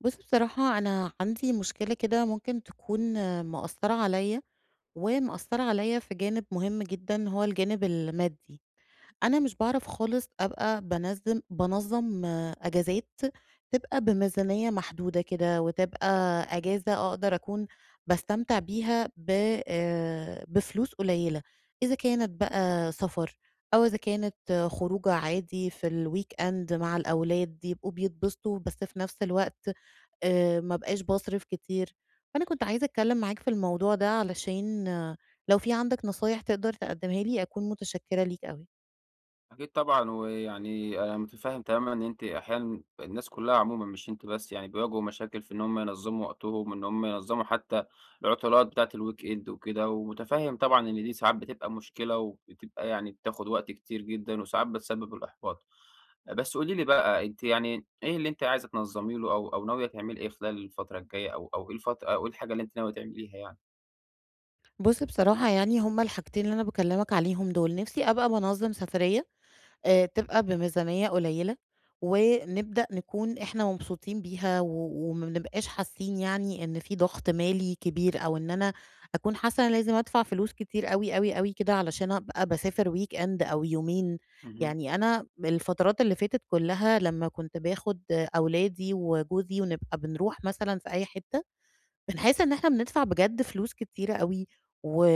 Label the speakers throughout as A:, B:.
A: بُص بصراحة أنا عندي مشكلة كده، ممكن تكون مأثّرة عليّا، ومأثّرة عليّا في جانب مهم جدًا، هو الجانب المادي. أنا مش باعرف خالص أبقى بانظّم أجازات تبقى بميزانية محدودة كده، وتبقى أجازة أقدر أكون باستمتع بيها ب بفلوس قليلة، إذا كانت بقى سفر، أو إذا كانت خروجة عادي في الweekend مع الأولاد يبقوا بيتبسطوا، بس في نفس الوقت ما ابقاش باصرف كتير. فأنا كنت عايزة أتكلّم معاك في الموضوع ده، علشان لو في عندك نصايح تقدر تقدّمها لي أكون متشكرة ليك أوي.
B: أكيد طبعًا، ويعني أنا متفهم تمامًا إن أنتِ أحيانًا الناس كلها عمومًا مش أنتِ بس يعني بيواجهوا مشاكل في إن هم ينظموا وقتهم، إن هم ينظموا حتى العطلات بتاعة الweekend وكده. ومتفهم طبعًا إن دي ساعات بتبقى مشكلة وبتبقى يعني بتاخد وقت كتير جدًا، وساعات بتسبب الإحباط. بس قولي لي بقى أنتِ يعني إيه اللي أنتِ عايزة تنظمي له أو ناوية تعملي إيه خلال الفترة الجاية، أو إيه الفت أو إيه الحاجة اللي أنتِ ناوية تعمليها يعني؟
A: بُص بصراحة، يعني هُم الحاجتين اللي أنا باكلّمك عليهم دول، نِفْسي أبقى بانظّم سفرية تبقى بميزانية قليلة، ونبدأ نكون إحنا مبسوطين بيها وما بنبقاش حاسين يعني إن في ضغط مالي كبير، أو إن أنا أكون حاسة إن أنا لازم أدفع فلوس كتير أوي، أوي، أوي كده، علشان أبقى باسافر weekend أو يومين.
B: اهم.
A: يعني أنا الفترات اللي فاتت كلها، لمّا كنت باخد أولادي وجوزي ونبقى بنروح مثلًا في أي حتة، من حيث إن إحنا بندفع بجد فلوس كتيرة أوي، و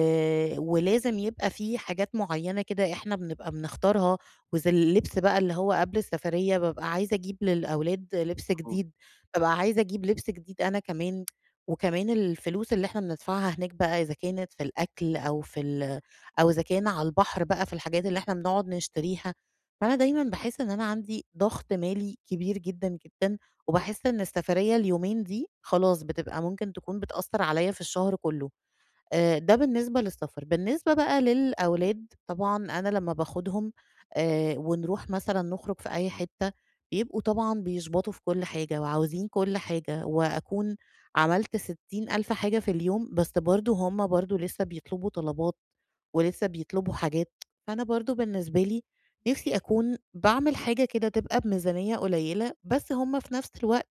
A: ولازم يبقى في حاجات معيّنة كده إحنا بنبقى بنختارها، وزي اللبس بقى اللي هو قبل السفرية، بابقى عايزة أجيب للأولاد لبس
B: مفهوم،
A: جديد، بابقى عايزة أجيب لبس جديد أنا كمان. وكمان الفلوس اللي إحنا بندفعها هناك بقى، إذا كانت في الأكل أو في ال أو إذا كان على البحر، بقى في الحاجات اللي إحنا بنقعد نشتريها. فأنا دايمًا باحس إن أنا عندي ضغط مالي كبير جدًا، جدًا، وباحس إن السفرية اليومين دي خلاص بتبقى ممكن تكون بتأثّر عليّا في الشهر كُلّه. ده بالنسبة للسفر. بالنسبة بقى للأولاد، طبعًا أنا لمّا باخدهم ونروح مثلًا نخرج في أي حتّة، بيبقوا طبعًا بيشبطوا في كل حاجة وعاوزين كل حاجة، وأكون عملت 60 ألف حاجة في اليوم، بس برضه هم برضه لسّه بيطلبوا طلبات، ولسّه بيطلبوا حاجات. فأنا برضه بالنسبة لي، نِفْسي أكون باعمل حاجة كده تبقى بميزانية قليّلة، بس هم في نَفْس الوقت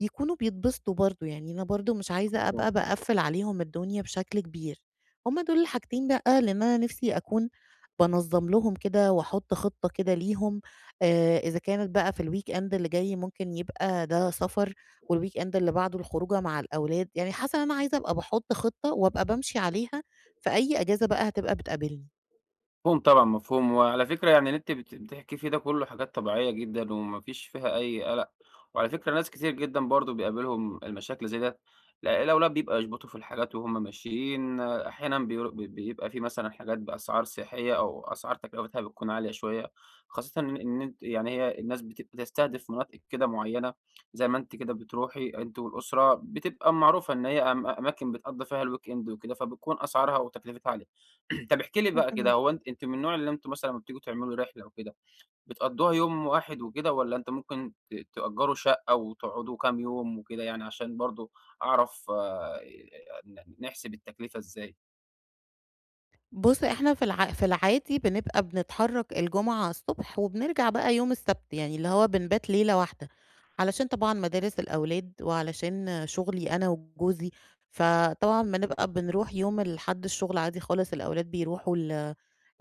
A: يكونوا بيتبسطوا برضه. يعني أنا برضه مش عايزة
B: مفهوم.
A: أبقى باقفّل عليهم الدنيا بشكل كبير. هُم دول الحاجتين بقى اللي أنا نِفْسي أكون بانظّم لهم كده، وأحُط خطة كده ليهم. إذا كانت بقى في الweekend اللي جاي ممكن يبقى ده سفر، والweekend اللي بعده الخروجة مع الأولاد. يعني حاسة إن أنا عايزة أبقى باحُط خطة وأبقى بامشي عليها في أي أجازة بقى هتبقى بتقابلني.
B: مفهوم طبعًا، مفهوم. وعلى فكرة يعني اللي أنتِ بتحكي فيه ده كله حاجات طبيعية جدًا وما فيش فيها أي قلق، وعلى فكرة ناس كتير جدًا برضه بيقابلهم المشاكل زي ده. لا الأولاد بيبقى يشبطوا في الحاجات وهُم ماشيين، أحيانًا بير بي بيبقى في مثلًا حاجات بأسعار سياحية أو أسعار تكلفتها بتكون عالية شوية، خاصةً إن أنتِ يعني هي الناس بتستهدف مناطق كده معينة، زي ما أنتِ كده بتروحي أنتِ والأسرة، بتبقى معروفة إن هي أماكن بتقضّي فيها الweekend وكده، فبتكون أسعارها وتكلفتها عالية. طب احكِ لي بقى كده، هو أنتم من النوع اللي أنتم مثلًا لمّا بتيجوا تعملوا رحلة وكده، بتقضّوها يوم واحد وكده والّا أنت ممكن تأجّروا شقة وتقعدوا كام يوم وكده؟ يعني عشان برضه أعرف نحسب التكلفة إزاي؟
A: بُص، إحنا في العادي بنبقى بنتحرّك الجمعة الصبح، وبنرجع بقى يوم السبت، يعني اللي هو بنبات ليلة واحدة، علشان طبعًا مدارس الأولاد وعلشان شغلي أنا وجوزي. فطبعًا بنبقى بنروح يوم الحد الشغل عادي خالص، الأولاد بيروحوا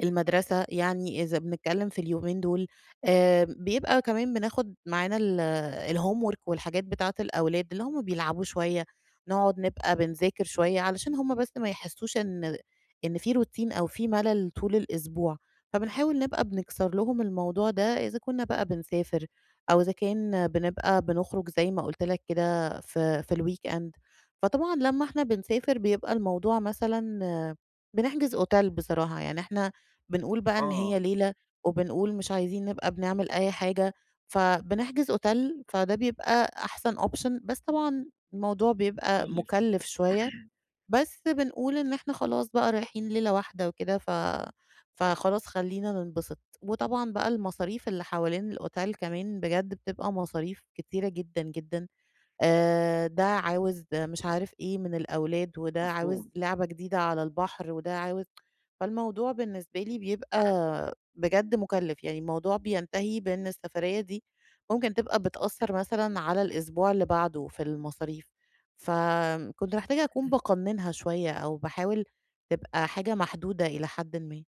A: المدرسة. يعني إذا بنتكلّم في اليومين دول، بيبقى كمان بناخُد معانا الhomework والحاجات بتاعة الأولاد، اللي هم بيلعبوا شوية، نقعُد نبقى بنذاكر شوية، علشان هم بس ما يحسّوش إن في روتين أو في مَلَل طول الأسبوع. فبنحاول نبقى بنكسر لهم الموضوع ده، إذا كُنّا بقى بنسافر، أو إذا كان بنبقى بنخرُج زي ما قُلت لك كده في الweekend. فطبعًا لمّا إحنا بنسافر بيبقى الموضوع مثلًا بنحجز أوتيل بصراحة. يعني إحنا بنقول بقى إن
B: آه،
A: هي ليلة، وبنقول مش عايزين نبقى بنعمل أي حاجة، فبنحجز أوتيل. فده بيبقى أحسن option، بس طبعًا الموضوع بيبقى
B: مكلِّف،
A: مُكلِّف شوية. بس بنقول إن إحنا خلاص بقى رايحين ليلة واحدة وكده، فخلاص خلّينا ننبسط. وطبعًا بقى المصاريف اللي حوالين الأوتيل كمان بجد بتبقى مصاريف كتيرة جدًا، جدًا. ده عاوز مش عارف إيه من الأولاد، وده عاوز
B: مفهوم.
A: لعبة جديدة على البحر، وده عاوز فالموضوع بالنسبة لي بيبقى بجد مُكلِّف. يعني الموضوع بينتهي بإن السفرية دي ممكن تبقى بتأثّر مثلًا على الأسبوع اللي بعده في المصاريف، فكنت محتاجة أكون باقنّنها شوية، أو باحاول تبقى حاجة محدودة إلى حدٍ ما.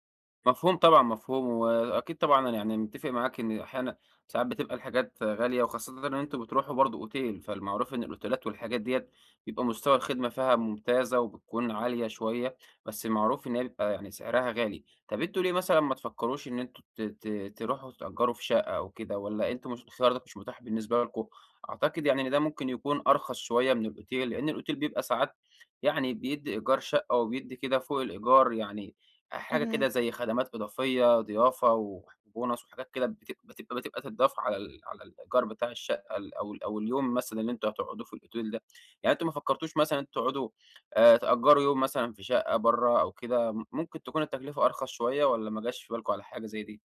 B: مفهوم طبعًا، مفهوم. وأكيد طبعًا أنا يعني متّفق معاك إن أحيانًا ساعات بتبقى الحاجات غالية، وخاصةً إن أنتم بتروحوا برضه أوتيل، فالمعروف إن الأوتيلات والحاجات ديّة بيبقى مستوى الخدمة فيها ممتازة وبتكون عالية شوية، بس معروف إن هي بيبقى يعني سعرها غالي. طَب أنتم ليه مثلًا ما تفكّروش إن أنتم ت ت تروحوا تأجّروا في شقة أو كده، والّا أنتم مش الخيار ده مش متاح بالنسبة لكم؟ أعتقد يعني إن ده ممكن يكون أرخص شوية من الأوتيل، لإن الأوتيل بيبقى ساعات يعني بيدّي إيجار شقة وبيدّي كده فوق الإيجار يعني حاجة
A: اهم.
B: كده زي خدمات إضافية، ضيافة وبونص وحاجات كده بتبقى تتضاف على على الإيجار بتاع الشقة ال أو ال أو اليوم مثلًا اللي أنتم هتقعدوه في الأوتيل ده. يعني أنتم ما فكرتوش مثلًا أنتم تقعدوا تأجروا يوم مثلًا في شقة برّه أو كده؟ ممكن تكون التكلفة أرخص شوية، والّا ما جاش في بالكم على حاجة زي دي؟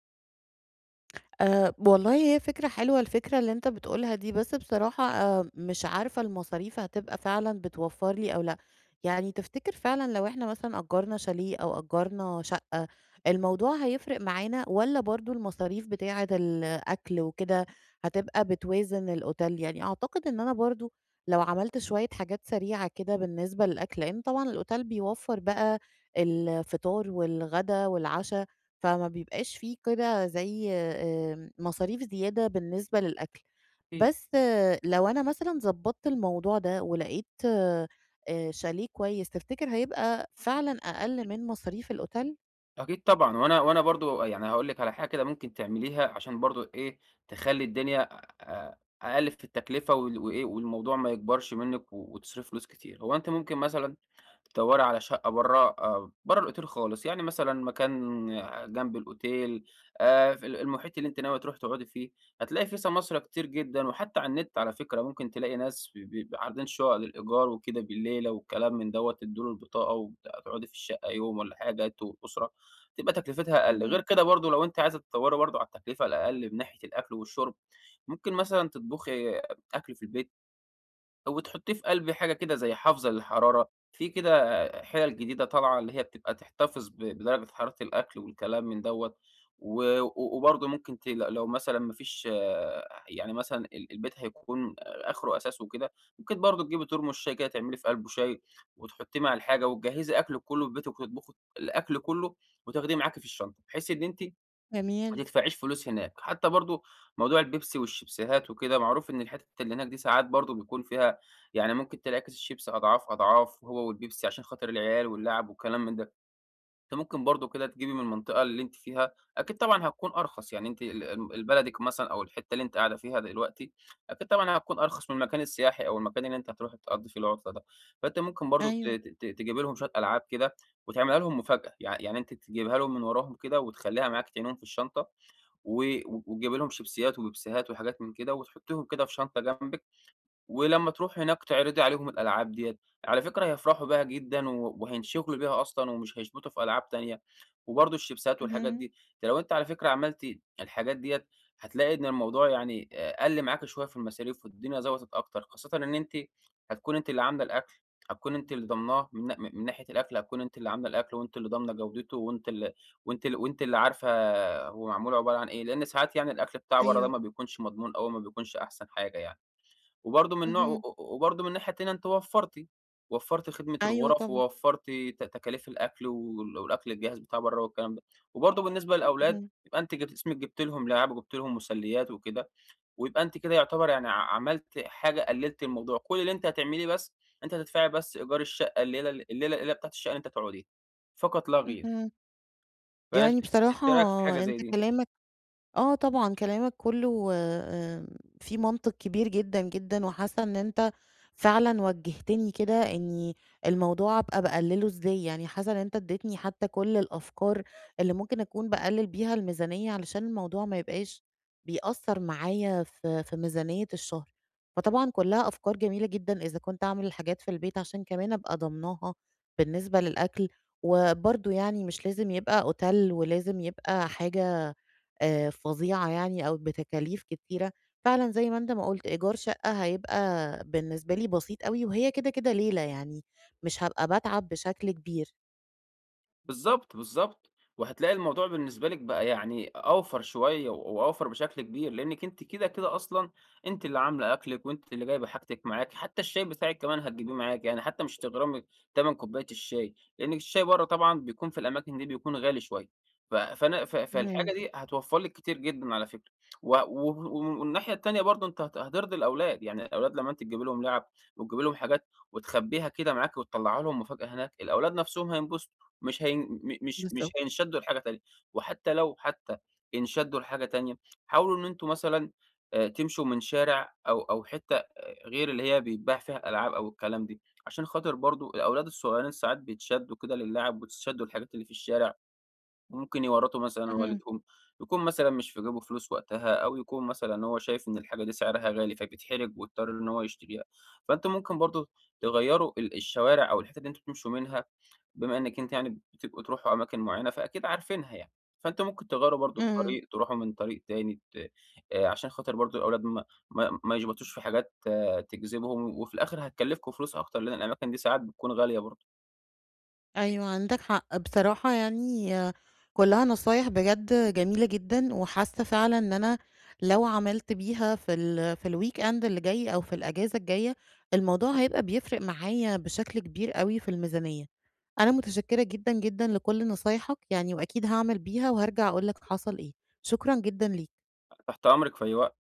A: والله هي فكرة حلوة الفكرة اللي أنت بتقولها دي، بس بصراحة، مش عارفة المصاريف هتبقى فعلًا بتوفّر لي أو لأ. يعني تفتكر فعلًا لو إحنا مثلًا أجّرنا شاليه أو أجّرنا شقة، الموضوع هيفرق معانا؟ والّا برضه المصاريف بتاعة الأكل وكده هتبقى بتوازن الأوتيل؟ يعني أعتقد إن أنا برضه لو عملت شوية حاجات سريعة كده بالنسبة للأكل، لإن طبعًا الأوتيل بيوفّر بقى الفطار والغدا والعشا، فما بيبقاش في كده زي مصاريف زيادة بالنسبة للأكل.
B: أكيد،
A: بس لو أنا مثلًا ضبّطت الموضوع ده ولقيت شاليه كويس، تفتكر هيبقى فعلًا أقل من مصاريف الأوتيل؟
B: أكيد طبعًا. وأنا برضه يعني هاقول لِك على حاجة كده ممكن تعمليها عشان برضه إيه، تخلّي الدنيا أ أقل في التكلفة وإيه، والموضوع ما يكبرش منِّك وتصرفي فلوس كتير. هو أنتِ ممكن مثلًا تدوّري على شقة برّه، برّه الأوتيل خالص، يعني مثلًا مكان آه، جنب الأوتيل، في المحيط اللي أنتِ ناوية تروحي تقعدي فيه، هتلاقي فيه سماسرة كتير جدًا. وحتى على النت على فكرة ممكن تلاقي ناس ب ب عارضين شُقق للإيجار وكده بالليلة والكلام من دوّة، تدّوا له البطاقة تقعدي في الشقة يوم والّا حاجة أنتِ والأسرة، تبقى تكلفتها أقل. غير
A: اهم.
B: كده برضه لو أنتِ عايزة تدوّري برضه على التكلفة الأقل من ناحية الأكل والشرب، ممكن مثلًا تطبخي أكل في البيت، وتحطيه في قلب حاجة كده زي حافظة للحرارة. في كده حِلَل جديدة طالعة اللي هي بتبقى تحتفظ بدرجة حرارة الأكل والكلام من دوّة. و و- وبرضه ممكن لو مثلًا ما فيش يعني مثلًا البيت هيكون آخره أساس وكده، ممكن برضه تجيبي ترمس شاي كده، تعملي في قلبه شاي وتحطيه مع الحاجة، وتجهّزي أكلِك كُلّه في بيتِك وتطبخي الأكل كُلّه وتاخديه معاكِ في الشنطة، بحيث إن أنتِ ما
A: جميل.
B: تدفعيش فلوس هناك. حتى برضه موضوع البيبسي والشيبسيهات وكده، معروف إن الحتت اللي هناك دي ساعات برضه بيكون فيها يعني ممكن تلاقي كيس الشيبسي أضعاف، أضعاف هو والبيبسي، عشان خاطر العيال واللعب والكلام من ده. أنتِ ممكن برضه كده تجيبي من المنطقة اللي أنتِ فيها، أكيد طبعًا هتكون أرخص. يعني أنتِ ال ال البلدِك مثلًا أو الحتة اللي أنتِ قاعدة فيها دلوقتي، أكيد طبعًا هتكون أرخص من المكان السياحي أو المكان اللي أنتِ هتروحي تقضّي فيه العطلة ده. فأنتِ ممكن برضه ت
A: أيوه.
B: ت تجيبي لهم شوية ألعاب كده وتعمليها لهم مفاجأة. يعني أنتِ تجيبيها لهم من وراهم كده وتخلّيها معاكِ تعينيهم في الشنطة، وتجيبي لهم شيبسيهات وبيبسيهات وحاجات من كده وتحطيهم كده في شنطة جنبِك، ولمّا تروحي هناك تعرضي عليهم الألعاب ديّة. على فكرة هيفرحوا بيها جدًا وهينشغلوا بيها أصلًا، ومش هيشبطوا في ألعاب تانية، وبرضه الشيبسات والحاجات
A: اهم.
B: دي. ده لو أنتِ على فكرة عملتِ الحاجات ديّة، هتلاقي إن الموضوع يعني قَل معاكِ شوية في المصاريف والدنيا ضبطت أكتر، خاصةً إن أنتِ هتكوني أنتِ اللي عاملة الأكل، هتكوني أنتِ اللي ضامناه من من ناحية الأكل. هتكوني أنتِ اللي عاملة الأكل وأنتِ اللي ضامنة جودته، وأنتِ اللي عارفة هو معمول عبارة عن إيه، لإن ساعات يعني الأكل بتاع برّه ده
A: أيوه.
B: ما بيكونش مضمون أوي، ما بيكونش أحسن حاجة يعني. وبرضه من نوع و
A: اهم.
B: و وبرضه من الناحية التانية أنتِ وفّرتِ، وفّرتِ خدمة
A: أيوه
B: الغُرف،
A: طبعًا.
B: ووفّرتِ تكاليف الأكل والأكل الجاهز بتاع برّه والكلام ده. وبرضه بالنسبة للأولاد،
A: اهم.
B: يبقى أنتِ جبت اسمِك جبتِ لهم لعب وجبتِ لهم مسليات وكده، ويبقى أنتِ كده يعتبر يعني عملتِ حاجة قلّلتِ الموضوع. كل اللي أنتِ هتعمليه بس أنتِ هتدفعي بس إيجار الشقة، الليلة بتاعة الشقة اللي أنتِ هتقعديها، فقط لا غير.
A: اهم.
B: فأنا ش
A: يعني
B: أنت
A: بصراحة،
B: إيه رأيك في حاجة زي
A: أنت
B: دي؟
A: كلامك آه طبعًا، كلامك كلّه فيه منطق كبير جدًا، جدًا. وحاسة إن أنت فعلًا وجّهتني كده، إني الموضوع أبقى باقلّله إزاي. يعني حاسة إن أنت ادّيتني حتى كل الأفكار اللي ممكن أكون باقلّل بيها الميزانية، علشان الموضوع ما يبقاش بيأثّر معايا في ميزانية الشهر. فطبعًا كلّها أفكار جميلة جدًا، إذا كنت أعمل الحاجات في البيت عشان كمان أبقى ضامناها بالنسبة للأكل. وبرضه يعني مش لازم يبقى أوتيل ولازم يبقى حاجة فظيعة يعني، أو بتكاليف كتيرة. فعلًا زي ما أنت ما قُلت، إيجار شقة هيبقى بالنسبة لي بسيط أوي، وهي كده، كده ليلة يعني، مش هابقى باتعب بشكل كبير.
B: بالضبط، بالضبط. وهتلاقي الموضوع بالنسبة لِك بقى يعني أوفَر شوية وأوفَر بشكل كبير، لإنِّك أنتِ كده، كده أصلًا أنتِ اللي عاملة أكلِك وأنتِ اللي جايبة حاجتِك معاكِ، حتى الشاي بتاعِك كمان هتجيبيه معاكِ، يعني حتى مش هتغرمي تمن كوباية الشاي، لإن الشاي برّه طبعًا بيكون في الأماكن دي بيكون غالي شوية. ف فالحاجة
A: اهم،
B: دي هتوفَّر لِك كتير جدًا على فكرة. و و والناحية التانية برضه أنتِ هترضي الأولاد. يعني الأولاد لمّا أنتِ تجيبي لهم لعَب وتجيبي لهم حاجات وتخبّيها كده معاكِ وتطلّعيها لهم مفاجأة هناك، الأولاد نَفْسهم هينبسطوا. مش
A: بالضبط.
B: هينشدوا لحاجة تانية. وحتى لو حتى انشدوا لحاجة تانية، حاولوا إن أنتم مثلًا تمشوا من شارع أو حتّة غير اللي هي بيتباع فيها الألعاب أو الكلام دي، عشان خاطر برضه الأولاد الصغيّرين ساعات بيتشدّوا كده للعب وبيتشدّوا للحاجات اللي في الشارع. ممكن يورّثوا مثلًا
A: اهم،
B: والدهم، يكون مثلًا مش في جيبه فلوس وقتها، أو يكون مثلًا هو شايف إن الحاجة دي سعرها غالي فبيتحرج ويضطر إن هو يشتريها. فأنتم ممكن برضه تغيّروا الشوارع أو الحتت اللي أنتم بتمشوا منها، بما إنِّك أنتِ يعني بتبقوا تروحوا أماكن معيّنة فأكيد عارفينها يعني. فأنتم ممكن تغيّروا برضه
A: إمم.
B: الطريق، تروحوا من طريق تاني ت عشان خاطر برضه الأولاد ما يشبطوش في حاجات آه، تجذبهم، وفي الآخر هتكلّفكم فلوس أكتر، لإن الأماكن دي ساعات بتكون غالية برضه.
A: أيوه عندك حق. بصراحة يعني كلّها نصايح بجد جميلة جدًا، وحاسة فعلًا إن أنا لو عملت بيها في ال في الweekend اللي جاي أو في الأجازة الجاية، الموضوع هيبقى بيفرق معايا بشكل كبير أوي في الميزانية. أنا متشكرة جدًا، جدًا لكل نصايحك يعني، وأكيد هاعمل بيها وهارجع أقول لك حصل إيه. شكرًا جدًا ليك.
B: تحت أمرِك في أي وقت.